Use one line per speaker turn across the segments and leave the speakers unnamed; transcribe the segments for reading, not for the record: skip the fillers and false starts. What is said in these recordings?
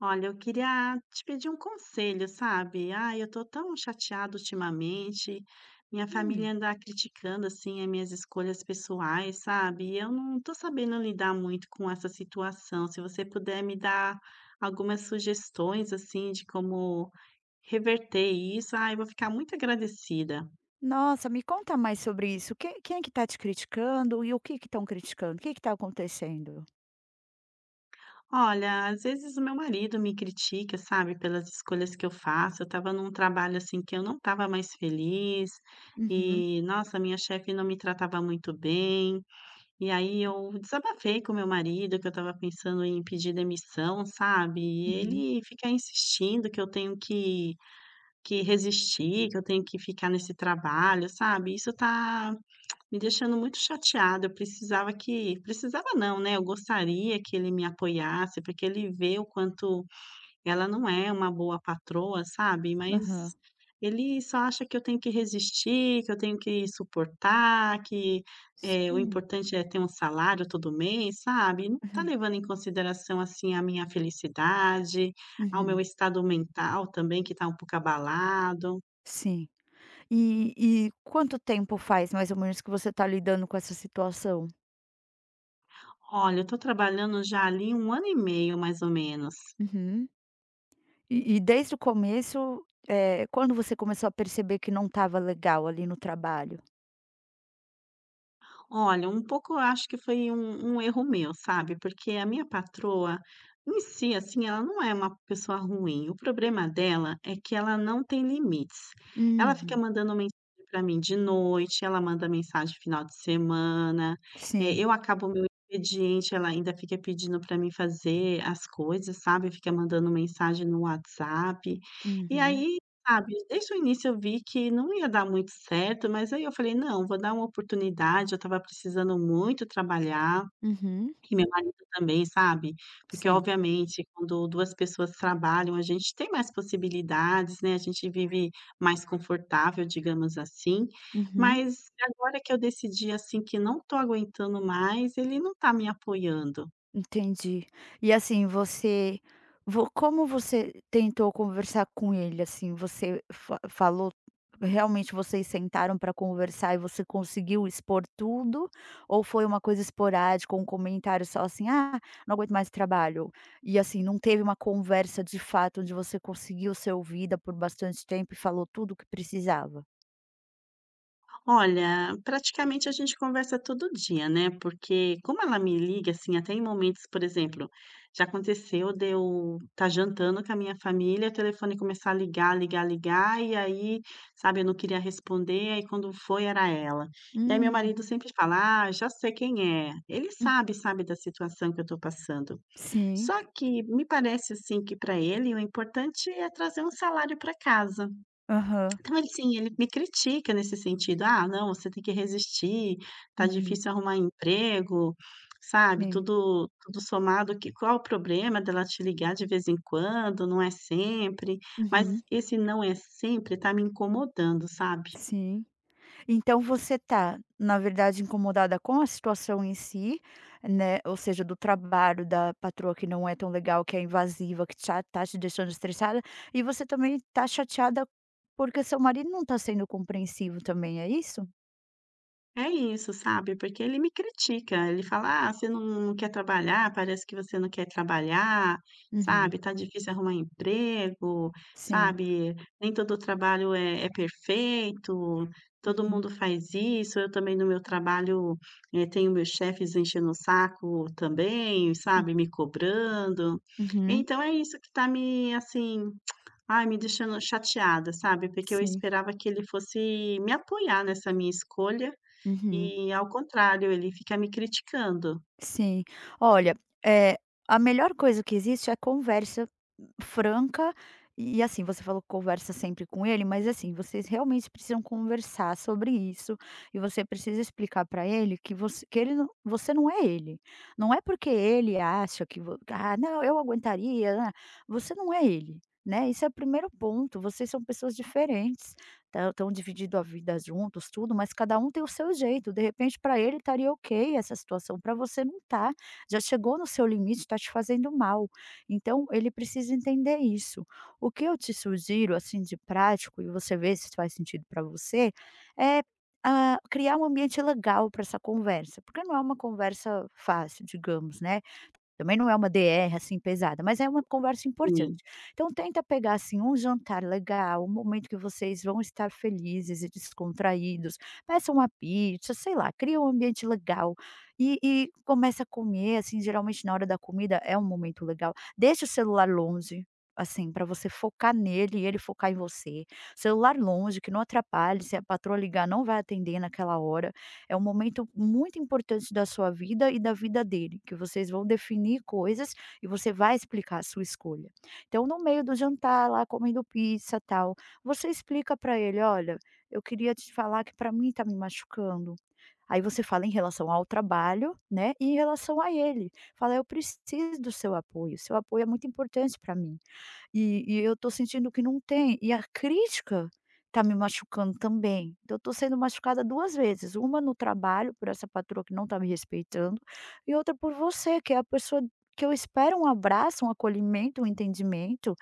Olha, eu queria te pedir um conselho, sabe? Ai, eu tô tão chateada ultimamente. Minha família
Hum,
anda criticando assim as minhas escolhas pessoais, sabe? E eu não tô sabendo lidar muito com essa situação. Se você puder me dar algumas sugestões assim de como reverter isso, ai, eu vou ficar muito agradecida.
nossa, me conta mais sobre isso. Quem é que está te criticando e o que que estão criticando? O que que está acontecendo?
Olha, às vezes o meu marido me critica, sabe, pelas escolhas que eu faço. Eu estava num trabalho assim que eu não estava mais feliz
Uhum,
e, nossa, minha chefe não me tratava muito bem. E aí eu desabafei com meu marido que eu estava pensando em pedir demissão, sabe? E
uhum,
ele fica insistindo que eu tenho que resistir, que eu tenho que ficar nesse trabalho, sabe? Isso tá me deixando muito chateada, eu precisava que precisava não, né, eu gostaria que ele me apoiasse, porque ele vê o quanto ela não é uma boa patroa, sabe,
aham.
mas ele só acha que eu tenho que resistir, que eu tenho que suportar, que, o
Sim,
importante é ter um salário todo mês, sabe, não tá
uhum,
levando em consideração, assim, a minha felicidade, ao meu
uhum,
estado mental também, que tá um pouco abalado.
sim. E e quanto tempo faz, mais ou menos, que você está lidando com essa situação?
Olha, eu tô trabalhando já ali um ano e meio mais ou menos.
Uhum. E desde o começo, quando você começou a perceber que não estava legal ali no trabalho?
Olha, um pouco eu acho que foi um erro meu, sabe, porque a minha patroa, em si, assim, ela não é uma pessoa ruim, o problema dela é que ela não tem limites. Ela fica
Uhum,
mandando mensagem para mim de noite, ela manda mensagem final de semana,
sim.
eu acabo meu expediente, ela ainda fica pedindo para mim fazer as coisas, sabe, fica mandando mensagem no WhatsApp. E
Uhum,
aí sabe, desde o início eu vi que não ia dar muito certo, mas aí eu falei: "Não, vou dar uma oportunidade", eu estava precisando muito trabalhar,
uhum,
e meu marido também, sabe. Porque
sim.
obviamente quando 2 pessoas trabalham, a gente tem mais possibilidades, né, a gente vive mais confortável, digamos assim.
Uhum.
Mas agora que eu decidi, assim, que não estou aguentando mais, ele não está me apoiando.
Entendi. E assim, você vo como você tentou conversar com ele, assim? Você fa Falou realmente, vocês sentaram para conversar e você conseguiu expor tudo? Ou foi uma coisa esporádica, um comentário só assim: "Ah, não aguento mais trabalho", e assim, não teve uma conversa de fato onde você conseguiu ser ouvida por bastante tempo e falou tudo o que precisava?
Olha, praticamente a gente conversa todo dia, né, porque como ela me liga, assim, até em momentos, por exemplo, já aconteceu de eu estar jantando com a minha família, o telefone começar a ligar, ligar, ligar, e aí, sabe, eu não queria responder, aí quando foi era ela. E aí meu
Hum.
marido sempre fala: "Ah, já sei quem é". Ele
Hum.
sabe, sabe da situação que eu estou passando.
Sim.
Só que me parece, assim, que para ele o importante é trazer um salário para casa.
Aham.
Então, ele assim, ele me critica nesse sentido: "Ah, não, você tem que resistir, tá
Uhum.
difícil arrumar emprego", sabe,
Sim.
tudo somado que qual o problema dela te ligar de vez em quando, não é sempre. Mas
Uhum.
esse "não é sempre" tá me incomodando, sabe?
Sim. Então você tá, na verdade, incomodada com a situação em si, né, ou seja, do trabalho, da patroa que não é tão legal, que é invasiva, que tá te deixando estressada, e você também tá chateada porque seu marido não tá sendo compreensivo também, é isso?
É isso, sabe, porque ele me critica, ele fala: "Ah, você não quer trabalhar, parece que você não quer trabalhar,
Uhum,
sabe, tá difícil arrumar emprego,
sim.
sabe, nem todo trabalho é perfeito, todo
Uhum,
mundo faz isso, eu também no meu trabalho, tenho meus chefes enchendo o saco também,
hum,
sabe, me cobrando".
uhum,
Então é isso que tá me, assim, ai, me deixando chateada, sabe, porque eu
sim,
esperava que ele fosse me apoiar nessa minha escolha
uhum.
e ao contrário, ele fica me criticando.
Sim. Olha, é a melhor coisa que existe é conversa franca e, assim, você falou que conversa sempre com ele, mas, assim, vocês realmente precisam conversar sobre isso e você precisa explicar para ele que ele não, você não é ele. Não é porque ele acha que vo "Ah, não, eu aguentaria", né? Você não é ele, né. Esse é o primeiro ponto, vocês são pessoas diferentes, estão dividindo a vida juntos, tudo, mas cada um tem o seu jeito. De repente, para ele estaria ok essa situação, para você não tá. Já chegou no seu limite, está te fazendo mal. Então, ele precisa entender isso. O que eu te sugiro, assim, de prático, e você vê se faz sentido para você, é, ah, criar um ambiente legal para essa conversa, porque não é uma conversa fácil, digamos, né? Também não é uma DR, assim, pesada, mas é uma conversa importante.
E
Então tenta pegar, assim, um jantar legal, um momento que vocês vão estar felizes e descontraídos, peça uma pizza, sei lá, cria um ambiente legal e começa a comer, assim, geralmente na hora da comida é um momento legal. Deixa o celular longe, assim, para você focar nele e ele focar em você. Celular longe, que não atrapalhe, se a patroa ligar não vai atender naquela hora. É um momento muito importante da sua vida e da vida dele, que vocês vão definir coisas e você vai explicar a sua escolha. Então, no meio do jantar, lá comendo pizza, tal, você explica para ele: "Olha, eu queria te falar que para mim tá me machucando". Aí você fala em relação ao trabalho, né, e em relação a ele. Fala: "Eu preciso do seu apoio é muito importante para mim". E eu tô sentindo que não tem, e a crítica tá me machucando também. Então eu tô sendo machucada 2 vezes, uma no trabalho por essa patroa que não tá me respeitando, e outra por você, que é a pessoa que eu espero um abraço, um acolhimento, um entendimento.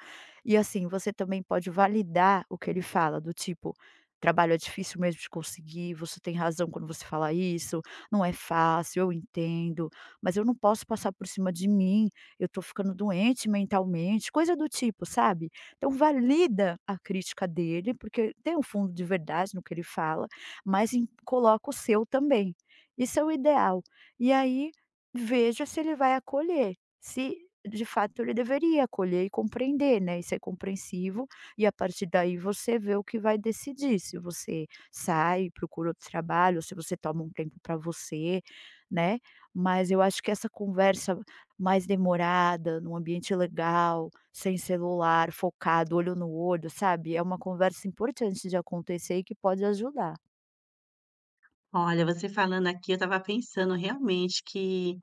E assim, você também pode validar o que ele fala, do tipo: "Trabalho é difícil mesmo de conseguir, você tem razão quando você fala isso, não é fácil, eu entendo, mas eu não posso passar por cima de mim". Eu estou ficando doente mentalmente, coisa do tipo, sabe. Então valida a crítica dele, porque tem um fundo de verdade no que ele fala, mas em coloca o seu também. Isso é o ideal. E aí, veja se ele vai acolher, se de fato ele deveria acolher e compreender, né, e ser compreensivo, e a partir daí você vê o que vai decidir, se você sai, procura outro trabalho, se você toma um tempo para você, né. Mas eu acho que essa conversa mais demorada, num ambiente legal, sem celular, focado, olho no olho, sabe. É uma conversa importante de acontecer e que pode ajudar.
Olha, você falando aqui, eu estava pensando realmente que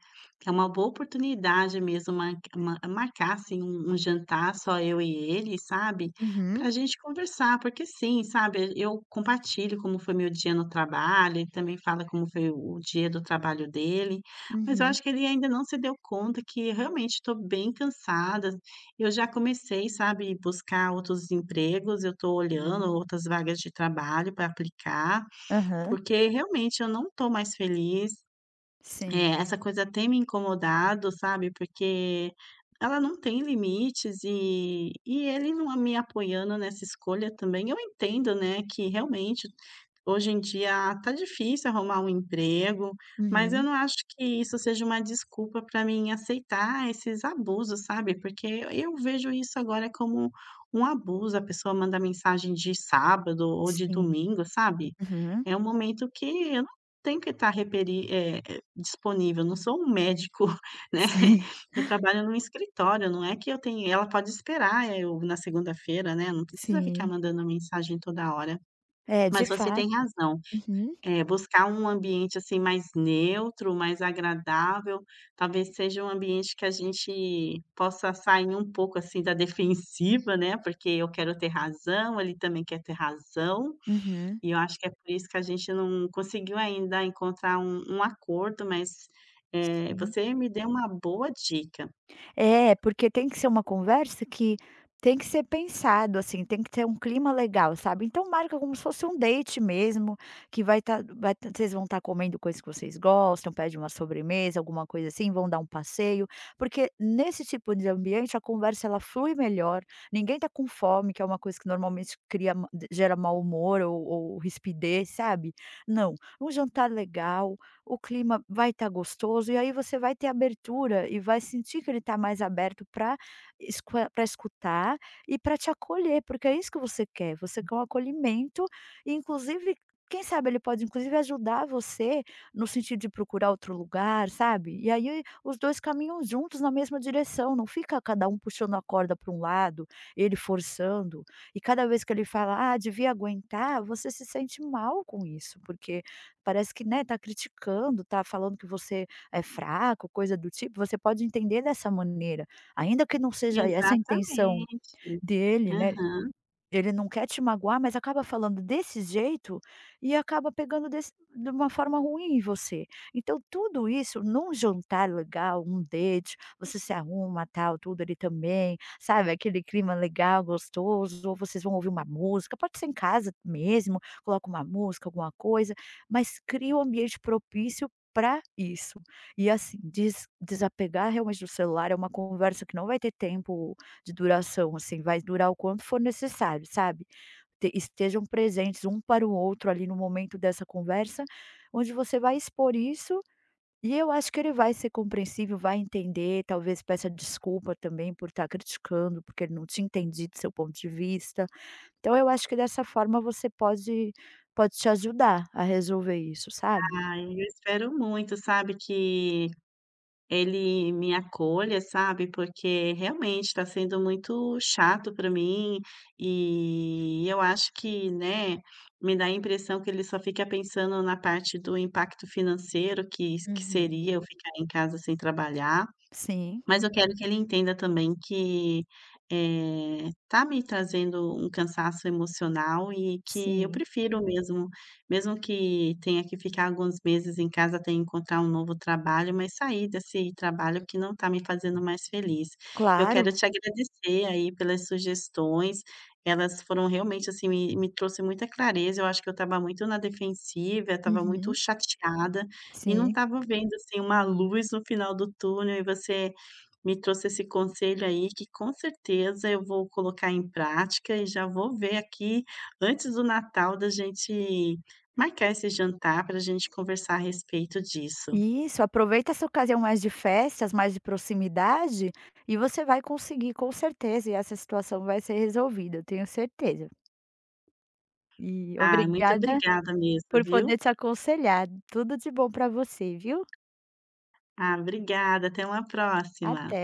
é uma boa oportunidade mesmo ma ma marcar, assim, um jantar só eu e ele, sabe, para
Uhum,
a gente conversar, porque sim, sabe, eu compartilho como foi meu dia no trabalho, ele também fala como foi o dia do trabalho dele, mas eu
uhum.
acho que ele ainda não se deu conta que realmente estou bem cansada. Eu já comecei, sabe, buscar outros empregos, eu estou olhando
Né.
outras vagas de trabalho para aplicar,
Aham.
porque realmente eu não estou mais feliz.
Sim.
É, essa coisa tem me incomodado, sabe, porque ela não tem limites e ele não me apoiando nessa escolha também. Eu entendo, né, que realmente hoje em dia tá difícil arrumar um emprego, mas eu
Uhum.
não acho que isso seja uma desculpa para mim aceitar esses abusos, sabe, porque eu vejo isso agora como um abuso, a pessoa manda mensagem de sábado ou de
Sim.
domingo, sabe.
Aham.
É um momento que eu não tenho que estar disponível, não sou um médico, né,
Sim.
eu trabalho num escritório, não é que eu tenho ela pode esperar eu na segunda-feira, né, não precisa ficar
Sim.
mandando mensagem toda hora.
É, de
Mas você tem
fato.
razão,
Uhum,
buscar um ambiente, assim, mais neutro, mais agradável, talvez seja um ambiente que a gente possa sair um pouco, assim, da defensiva, né, porque eu quero ter razão, ele também quer ter razão.
uhum.
E eu acho que é por isso que a gente não conseguiu ainda encontrar um acordo, mas,
Sim.
você me deu uma boa dica.
É, porque tem que ser uma conversa que tem que ser pensado, assim, tem que ter um clima legal, sabe. Então marca como se fosse um date mesmo, que vai estar vocês vão estar comendo coisas que vocês gostam, pede uma sobremesa, alguma coisa assim, vão dar um passeio, porque nesse tipo de ambiente a conversa ela flui melhor, ninguém está com fome, que é uma coisa que normalmente cria ma gera mau humor ou rispidez, sabe. Não, um jantar legal, o clima vai estar gostoso, e aí você vai ter abertura e vai sentir que ele está mais aberto para escutar e para te acolher, porque é isso que você quer um acolhimento, e inclusive, quem sabe ele pode inclusive ajudar você no sentido de procurar outro lugar, sabe. E aí os 2 caminham juntos na mesma direção, não fica cada um puxando a corda para um lado, ele forçando, e cada vez que ele fala: "Ah, devia aguentar", você se sente mal com isso, porque parece que, né, tá criticando, tá falando que você é fraco, coisa do tipo, você pode entender dessa maneira, ainda que não seja essa a intenção
Exatamente.
dele, né,
Aham.
ele não quer te magoar, mas acaba falando desse jeito e acaba pegando desse de uma forma ruim em você. Então tudo isso num jantar legal, um date, você se arruma, tal, tudo, ali também, sabe, aquele clima legal, gostoso, ou vocês vão ouvir uma música, pode ser em casa mesmo, coloca uma música, alguma coisa, mas cria um ambiente propício para isso. E assim, desapegar realmente do celular, é uma conversa que não vai ter tempo de duração, assim, vai durar o quanto for necessário, sabe. Te estejam presentes um para o outro ali no momento dessa conversa, onde você vai expor isso, e eu acho que ele vai ser compreensível, vai entender, talvez peça desculpa também por estar criticando, porque ele não tinha entendido seu ponto de vista. Então eu acho que dessa forma você pode te ajudar a resolver isso, sabe.
Ai, eu espero muito, sabe, que ele me acolha, sabe, porque realmente está sendo muito chato para mim, e eu acho que, né, me dá a impressão que ele só fica pensando na parte do impacto financeiro que
Uhum.
seria eu ficar em casa sem trabalhar.
Sim,
Mas eu quero que ele entenda também que, tá me trazendo um cansaço emocional e que eu
sim.
prefiro mesmo, mesmo que tenha que ficar alguns meses em casa até encontrar um novo trabalho, mas sair desse trabalho que não tá me fazendo mais feliz. Eu
Claro.
quero te agradecer aí pelas sugestões, elas foram realmente, assim, me trouxe muita clareza, eu acho que eu estava muito na defensiva, eu estava muito
Uhum.
chateada e não
Sim.
estava vendo, assim, uma luz no final do túnel e você me trouxe esse conselho aí que com certeza eu vou colocar em prática e já vou ver aqui antes do Natal da gente marcar esse jantar para a gente conversar a respeito disso.
Isso, aproveita essa ocasião mais de festas, mais de proximidade, e você vai conseguir com certeza, e essa situação vai ser resolvida, eu tenho certeza. E
Ah, muito
obrigada
obrigada mesmo,
por
viu.
poder te aconselhar. Tudo de bom para você, viu?
Ah, obrigada, até uma próxima.
Até.